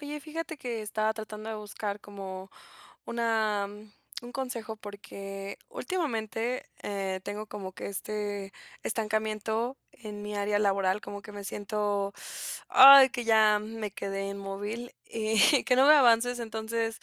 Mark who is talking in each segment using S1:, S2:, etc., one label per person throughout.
S1: Oye, fíjate que estaba tratando de buscar como una, mm, un consejo porque últimamente tengo como que este estancamiento en mi área laboral, como que me siento, ay, que ya me quedé inmóvil y que no veo avances. Entonces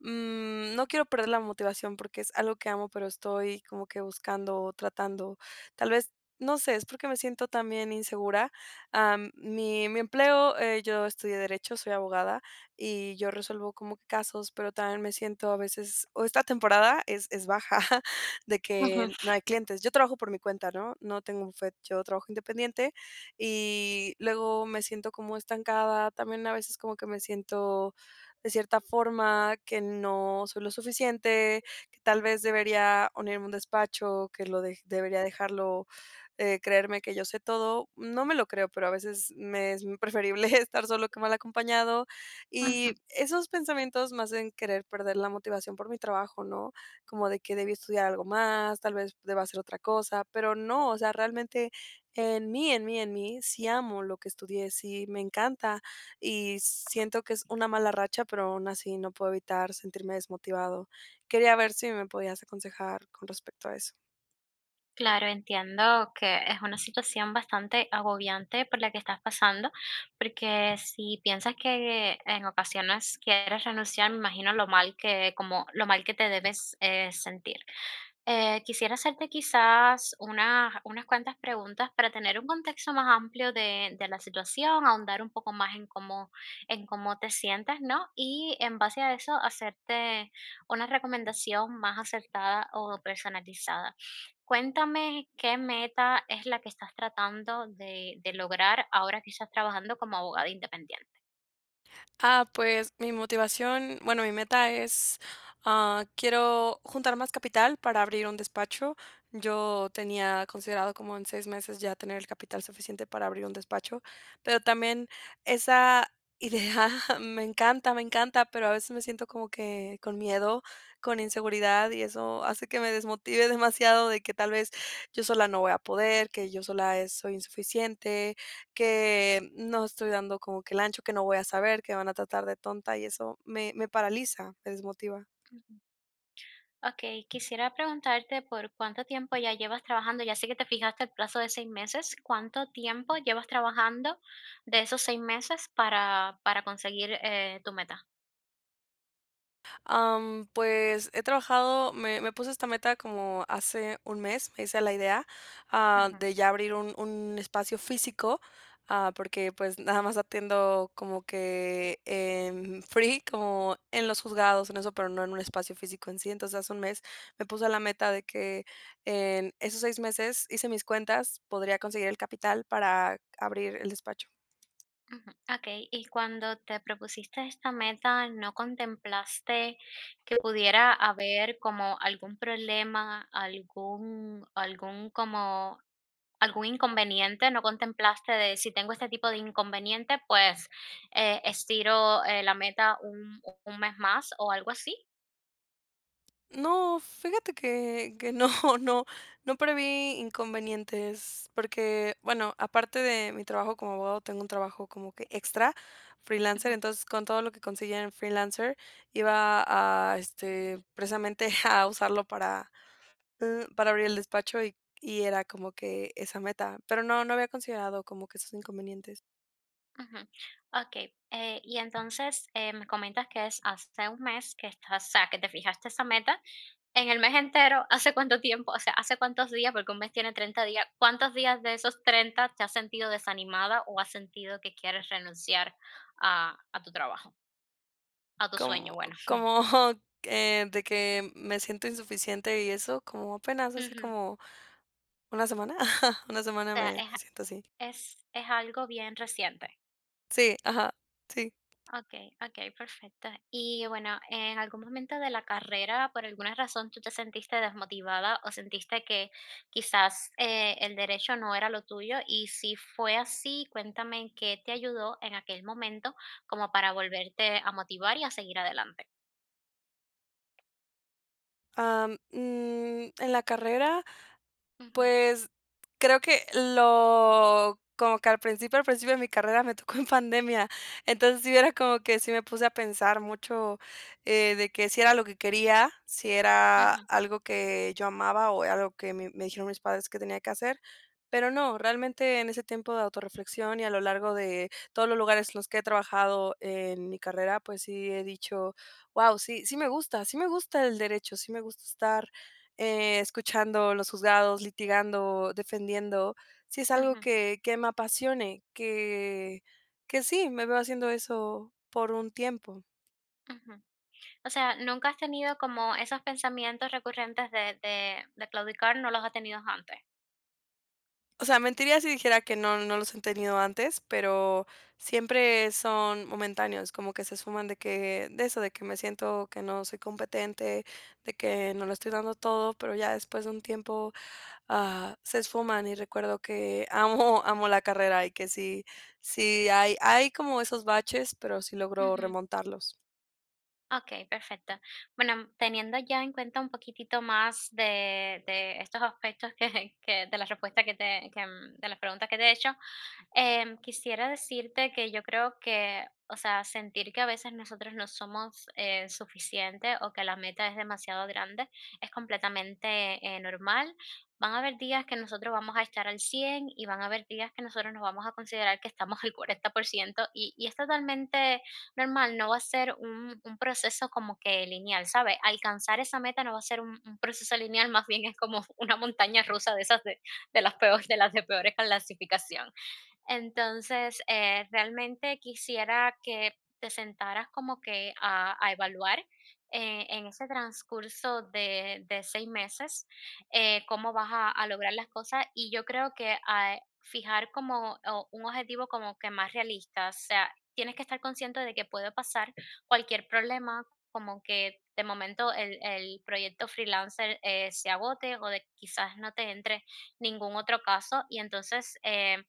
S1: no quiero perder la motivación porque es algo que amo, pero estoy como que buscando, tratando, tal vez, no sé, es porque me siento también insegura. Mi empleo, yo estudié derecho, soy abogada y yo resuelvo como que casos, pero también me siento a veces o esta temporada es baja de
S2: Ujú,
S1: que no hay clientes. Yo trabajo por mi cuenta, ¿no? No tengo bufet, yo trabajo independiente y luego me siento como estancada. También a veces como que me siento de cierta forma que no soy lo suficiente, que tal vez debería unirme a un despacho, que lo de debería dejarlo, creerme que yo sé todo. No me lo creo, pero a veces me es preferible estar solo que mal acompañado. Y
S2: ujú.
S1: esos pensamientos me hacen querer perder la motivación por mi trabajo, ¿no? Como de que debí estudiar algo más, tal vez deba hacer otra cosa, pero no, o sea, realmente en mí, sí amo lo que estudié, sí me encanta, y siento que es una mala racha, pero aún así no puedo evitar sentirme desmotivado. Quería ver si me podías aconsejar con respecto a eso.
S2: Claro, entiendo que es una situación bastante agobiante por la que estás pasando, porque si piensas que en ocasiones quieres renunciar, me imagino lo mal que, como lo mal que te debes sentir. Quisiera hacerte quizás unas cuantas preguntas para tener un contexto más amplio de la situación, ahondar un poco más en cómo te sientes, ¿no? Y en base a eso, hacerte una recomendación más acertada o personalizada. Cuéntame qué meta es la que estás tratando de lograr ahora que estás trabajando como abogada independiente.
S1: Ah, pues mi motivación, bueno, mi meta es, quiero juntar más capital para abrir un despacho. Yo tenía considerado como en 6 meses ya tener el capital suficiente para abrir un despacho, pero también esa idea me encanta, pero a veces me siento como que con miedo, con inseguridad, y eso hace que me desmotive demasiado de que tal vez yo sola no voy a poder, que yo sola soy insuficiente, que no estoy dando como que el ancho, que no voy a saber, que van a tratar de tonta, y eso me paraliza, me desmotiva.
S2: Okey, quisiera preguntarte por cuánto tiempo ya llevas trabajando. Ya sé que te fijaste el plazo de 6 meses, ¿cuánto tiempo llevas trabajando de esos 6 meses para conseguir, tu meta?
S1: Pues he trabajado, me puse esta meta como hace un mes. Me hice la idea, de ya abrir un espacio físico, porque pues nada más atiendo como que en free, como en los juzgados, en eso, pero no en un espacio físico en sí. Entonces hace un mes me puse la meta de que en esos 6 meses, hice mis cuentas, podría conseguir el capital para abrir el despacho.
S2: Ujú, okey, y cuando te propusiste esta meta, ¿no contemplaste que pudiera haber como algún problema, algún como algún inconveniente? ¿No contemplaste de si tengo este tipo de inconveniente, pues, estiro, la meta un mes más o algo así?
S1: No, fíjate que, no, no, no preví inconvenientes, porque, bueno, aparte de mi trabajo como abogado, tengo un trabajo como que extra, freelancer. Entonces con todo lo que conseguía en freelancer, iba a, este, precisamente a usarlo para abrir el despacho. Y era como que esa meta, pero no, no había considerado como que esos inconvenientes.
S2: Ujú. Okey, y entonces, me comentas que es hace un mes que estás, o sea, que te fijaste esa meta. En el mes entero, ¿hace cuánto tiempo? O sea, ¿hace cuántos días? Porque un mes tiene 30 días. ¿Cuántos días de esos 30 te has sentido desanimada o has sentido que quieres renunciar a tu trabajo, a tu sueño?
S1: como,
S2: Bueno,
S1: como de que me siento insuficiente y eso, como apenas hace
S2: ujú,
S1: como ¿una semana? Ajá, una
S2: o
S1: semana
S2: sea,
S1: me
S2: es
S1: siento así.
S2: es es algo bien reciente.
S1: Sí, ajá, sí.
S2: Okay, okay, perfecto. Y bueno, en algún momento de la carrera, por alguna razón, ¿tú te sentiste desmotivada o sentiste que quizás, el derecho no era lo tuyo? Y si fue así, cuéntame en qué te ayudó en aquel momento como para volverte a motivar y a seguir adelante.
S1: En la carrera,
S2: Ujú,
S1: pues, creo que lo como que al principio de mi carrera me tocó en pandemia. Entonces sí era como que sí me puse a pensar mucho, de que si era lo que quería, si era
S2: ujú,
S1: algo que yo amaba o era algo que me dijeron mis padres que tenía que hacer. Pero no, realmente en ese tiempo de autorreflexión y a lo largo de todos los lugares en los que he trabajado en mi carrera, pues sí he dicho: wow, sí me gusta el derecho, sí me gusta estar, escuchando los juzgados, litigando, defendiendo. Si es algo
S2: ujú,
S1: que me apasione, que sí, me veo haciendo eso por un tiempo.
S2: ujú. O sea, ¿nunca has tenido como esos pensamientos recurrentes de claudicar, no los has tenido antes?
S1: O sea, mentiría si dijera que no los he tenido antes, pero siempre son momentáneos, como que se esfuman, de que de eso, de que me siento que no soy competente, de que no lo estoy dando todo. Pero ya después de un tiempo, se esfuman y recuerdo que amo amo la carrera, y que sí hay como esos baches, pero sí logro remontarlos.
S2: Okey, perfecto. Bueno, teniendo ya en cuenta un poquitito más de estos aspectos que de la respuesta que de las preguntas que te he hecho, quisiera decirte que yo creo que, o sea, sentir que a veces nosotros no somos, suficiente o que la meta es demasiado grande es completamente, normal. Van a haber días que nosotros vamos a estar al 100 y van a haber días que nosotros nos vamos a considerar que estamos al 40% y es totalmente normal, no va a ser un proceso como que lineal, ¿sabes? Alcanzar esa meta no va a ser un proceso lineal, más bien es como una montaña rusa de esas de las peores, de las de peores clasificación. Entonces, realmente quisiera que te sentaras como que a evaluar, en ese transcurso de 6 meses, cómo vas a lograr las cosas y yo creo que a fijar como o un objetivo como que más realista, o sea, tienes que estar consciente de que puede pasar cualquier problema, como que de momento el proyecto freelancer, se agote o de quizás no te entre ningún otro caso y entonces,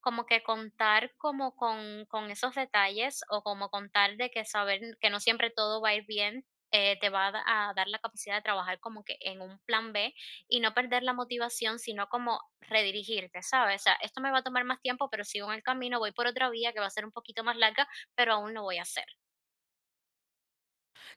S2: como que contar como con esos detalles, o como contar de que saber que no siempre todo va a ir bien, te va a da a dar la capacidad de trabajar como que en un plan B, y no perder la motivación, sino como redirigirte, ¿sabes? O sea, esto me va a tomar más tiempo, pero sigo en el camino, voy por otra vía que va a ser un poquito más larga, pero aún lo voy a hacer.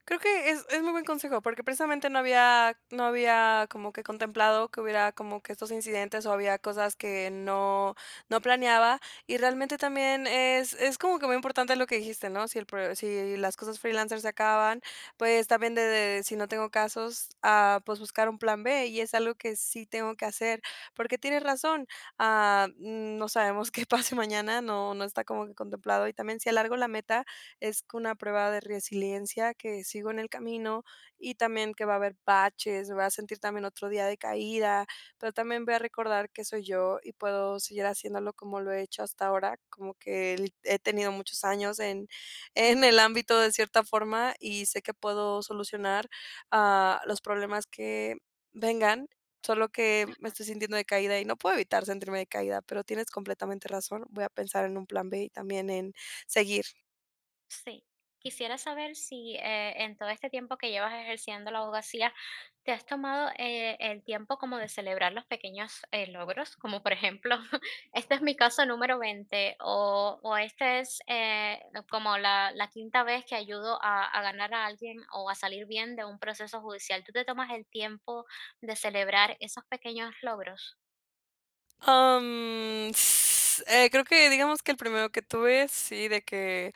S1: Creo que es muy buen consejo, porque precisamente no había como que contemplado que hubiera como que estos incidentes, o había cosas que no planeaba. Y realmente también es como que muy importante lo que dijiste, ¿no? Si el pro Si las cosas freelancers se acaban, pues también de si no tengo casos, pues buscar un plan B. Y es algo que sí tengo que hacer, porque tienes razón. No sabemos qué pase mañana. No está como que contemplado. Y también si alargo la meta, es una prueba de resiliencia que sigo en el camino. Y también que va a haber baches, me voy a sentir también otro día de caída, pero también voy a recordar que soy yo y puedo seguir haciéndolo como lo he hecho hasta ahora, como que he tenido muchos años en, en
S2: Ujú,
S1: el ámbito de cierta forma, y sé que puedo solucionar los problemas que vengan. Solo que me
S2: ujú,
S1: estoy sintiendo de caída y no puedo evitar sentirme de caída, pero tienes completamente razón. Voy a pensar en un plan B y también en seguir.
S2: sí. Quisiera saber si, en todo este tiempo que llevas ejerciendo la abogacía, ¿te has tomado, el tiempo como de celebrar los pequeños, logros? Como por ejemplo, este es mi caso número 20, o este es, como la quinta vez que ayudo a ganar a alguien o a salir bien de un proceso judicial. ¿Tú te tomas el tiempo de celebrar esos pequeños logros?
S1: Am, s creo que digamos que el primero que tuve, sí, de que,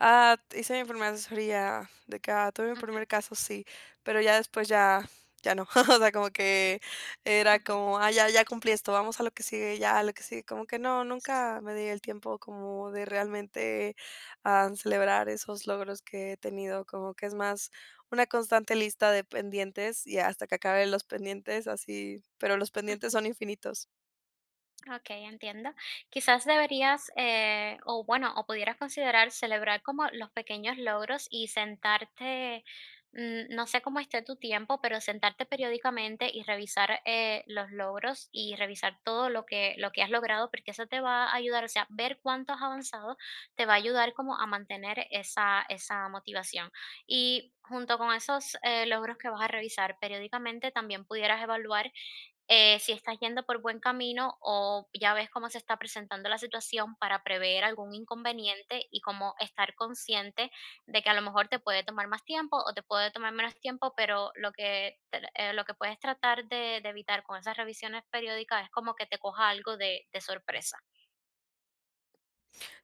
S1: hice mi primera asesoría, de que, tuve mi primer
S2: Ujú,
S1: caso, sí, pero ya después ya no. O sea, como que era como, ya cumplí esto, vamos a lo que sigue, ya a lo que sigue. Como que no,
S2: sí,
S1: nunca me di el tiempo como de realmente, celebrar esos logros que he tenido, como que es más una constante lista de pendientes y hasta que acabe los pendientes, así, pero los pendientes
S2: ujú.
S1: son infinitos.
S2: Okey, entiendo. Quizás deberías, o bueno, o pudieras considerar celebrar como los pequeños logros y sentarte, mm, no sé cómo esté tu tiempo, pero sentarte periódicamente y revisar, los logros y revisar todo lo que has logrado, porque eso te va a ayudar, o sea, ver cuánto has avanzado te va a ayudar como a mantener esa motivación. Y junto con esos, logros que vas a revisar periódicamente, también pudieras evaluar, si estás yendo por buen camino o ya ves cómo se está presentando la situación para prever algún inconveniente y cómo estar consciente de que a lo mejor te puede tomar más tiempo o te puede tomar menos tiempo, pero lo que, lo que puedes tratar de evitar con esas revisiones periódicas es como que te coja algo de sorpresa.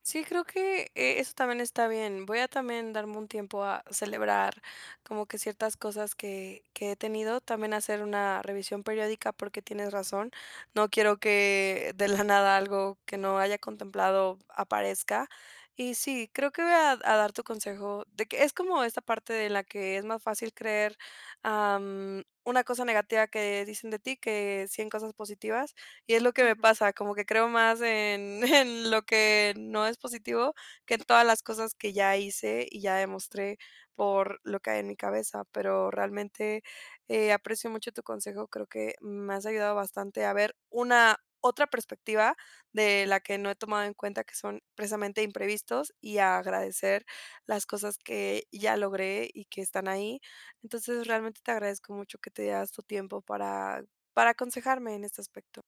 S1: Sí, creo que eso también está bien. Voy a también darme un tiempo a celebrar como que ciertas cosas que he tenido. También hacer una revisión periódica porque tienes razón. No quiero que de la nada algo que no haya contemplado aparezca. Y sí, creo que voy a, dar tu consejo de que es como esta parte de la que es más fácil creer una cosa negativa que dicen de ti que 100 cosas positivas. Y es lo que me
S2: Ujú.
S1: pasa, como que creo más en en lo que no es positivo, que en todas las cosas que ya hice y ya demostré por lo que hay en mi cabeza. Pero realmente, aprecio mucho tu consejo. Creo que me has ayudado bastante a ver una otra perspectiva de la que no he tomado en cuenta, que son precisamente imprevistos, y a agradecer las cosas que ya logré y que están ahí. Entonces, realmente te agradezco mucho que te das tu tiempo para aconsejarme en este aspecto.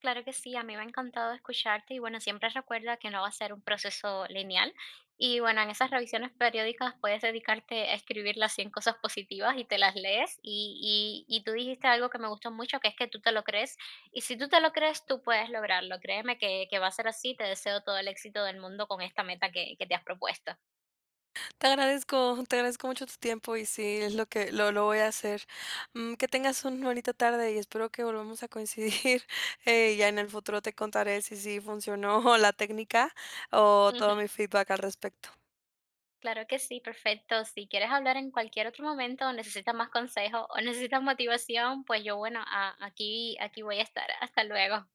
S2: Claro que sí, a mí me ha encantado escucharte y bueno, siempre recuerda que no va a ser un proceso lineal y bueno, en esas revisiones periódicas puedes dedicarte a escribir las 100 cosas positivas y te las lees y tú dijiste algo que me gustó mucho, que es que tú te lo crees y si tú te lo crees, tú puedes lograrlo. Créeme que va a ser así, te deseo todo el éxito del mundo con esta meta que te has propuesto.
S1: Te agradezco mucho tu tiempo y sí, es lo que lo voy a hacer. Que tengas una bonita tarde y espero que volvamos a coincidir. Ya en el futuro te contaré si sí funcionó la técnica o
S2: Ujú.
S1: todo mi feedback al respecto.
S2: Claro que sí, perfecto. Si quieres hablar en cualquier otro momento o necesitas más consejo o necesitas motivación, pues yo, bueno, aquí, aquí voy a estar. Hasta luego.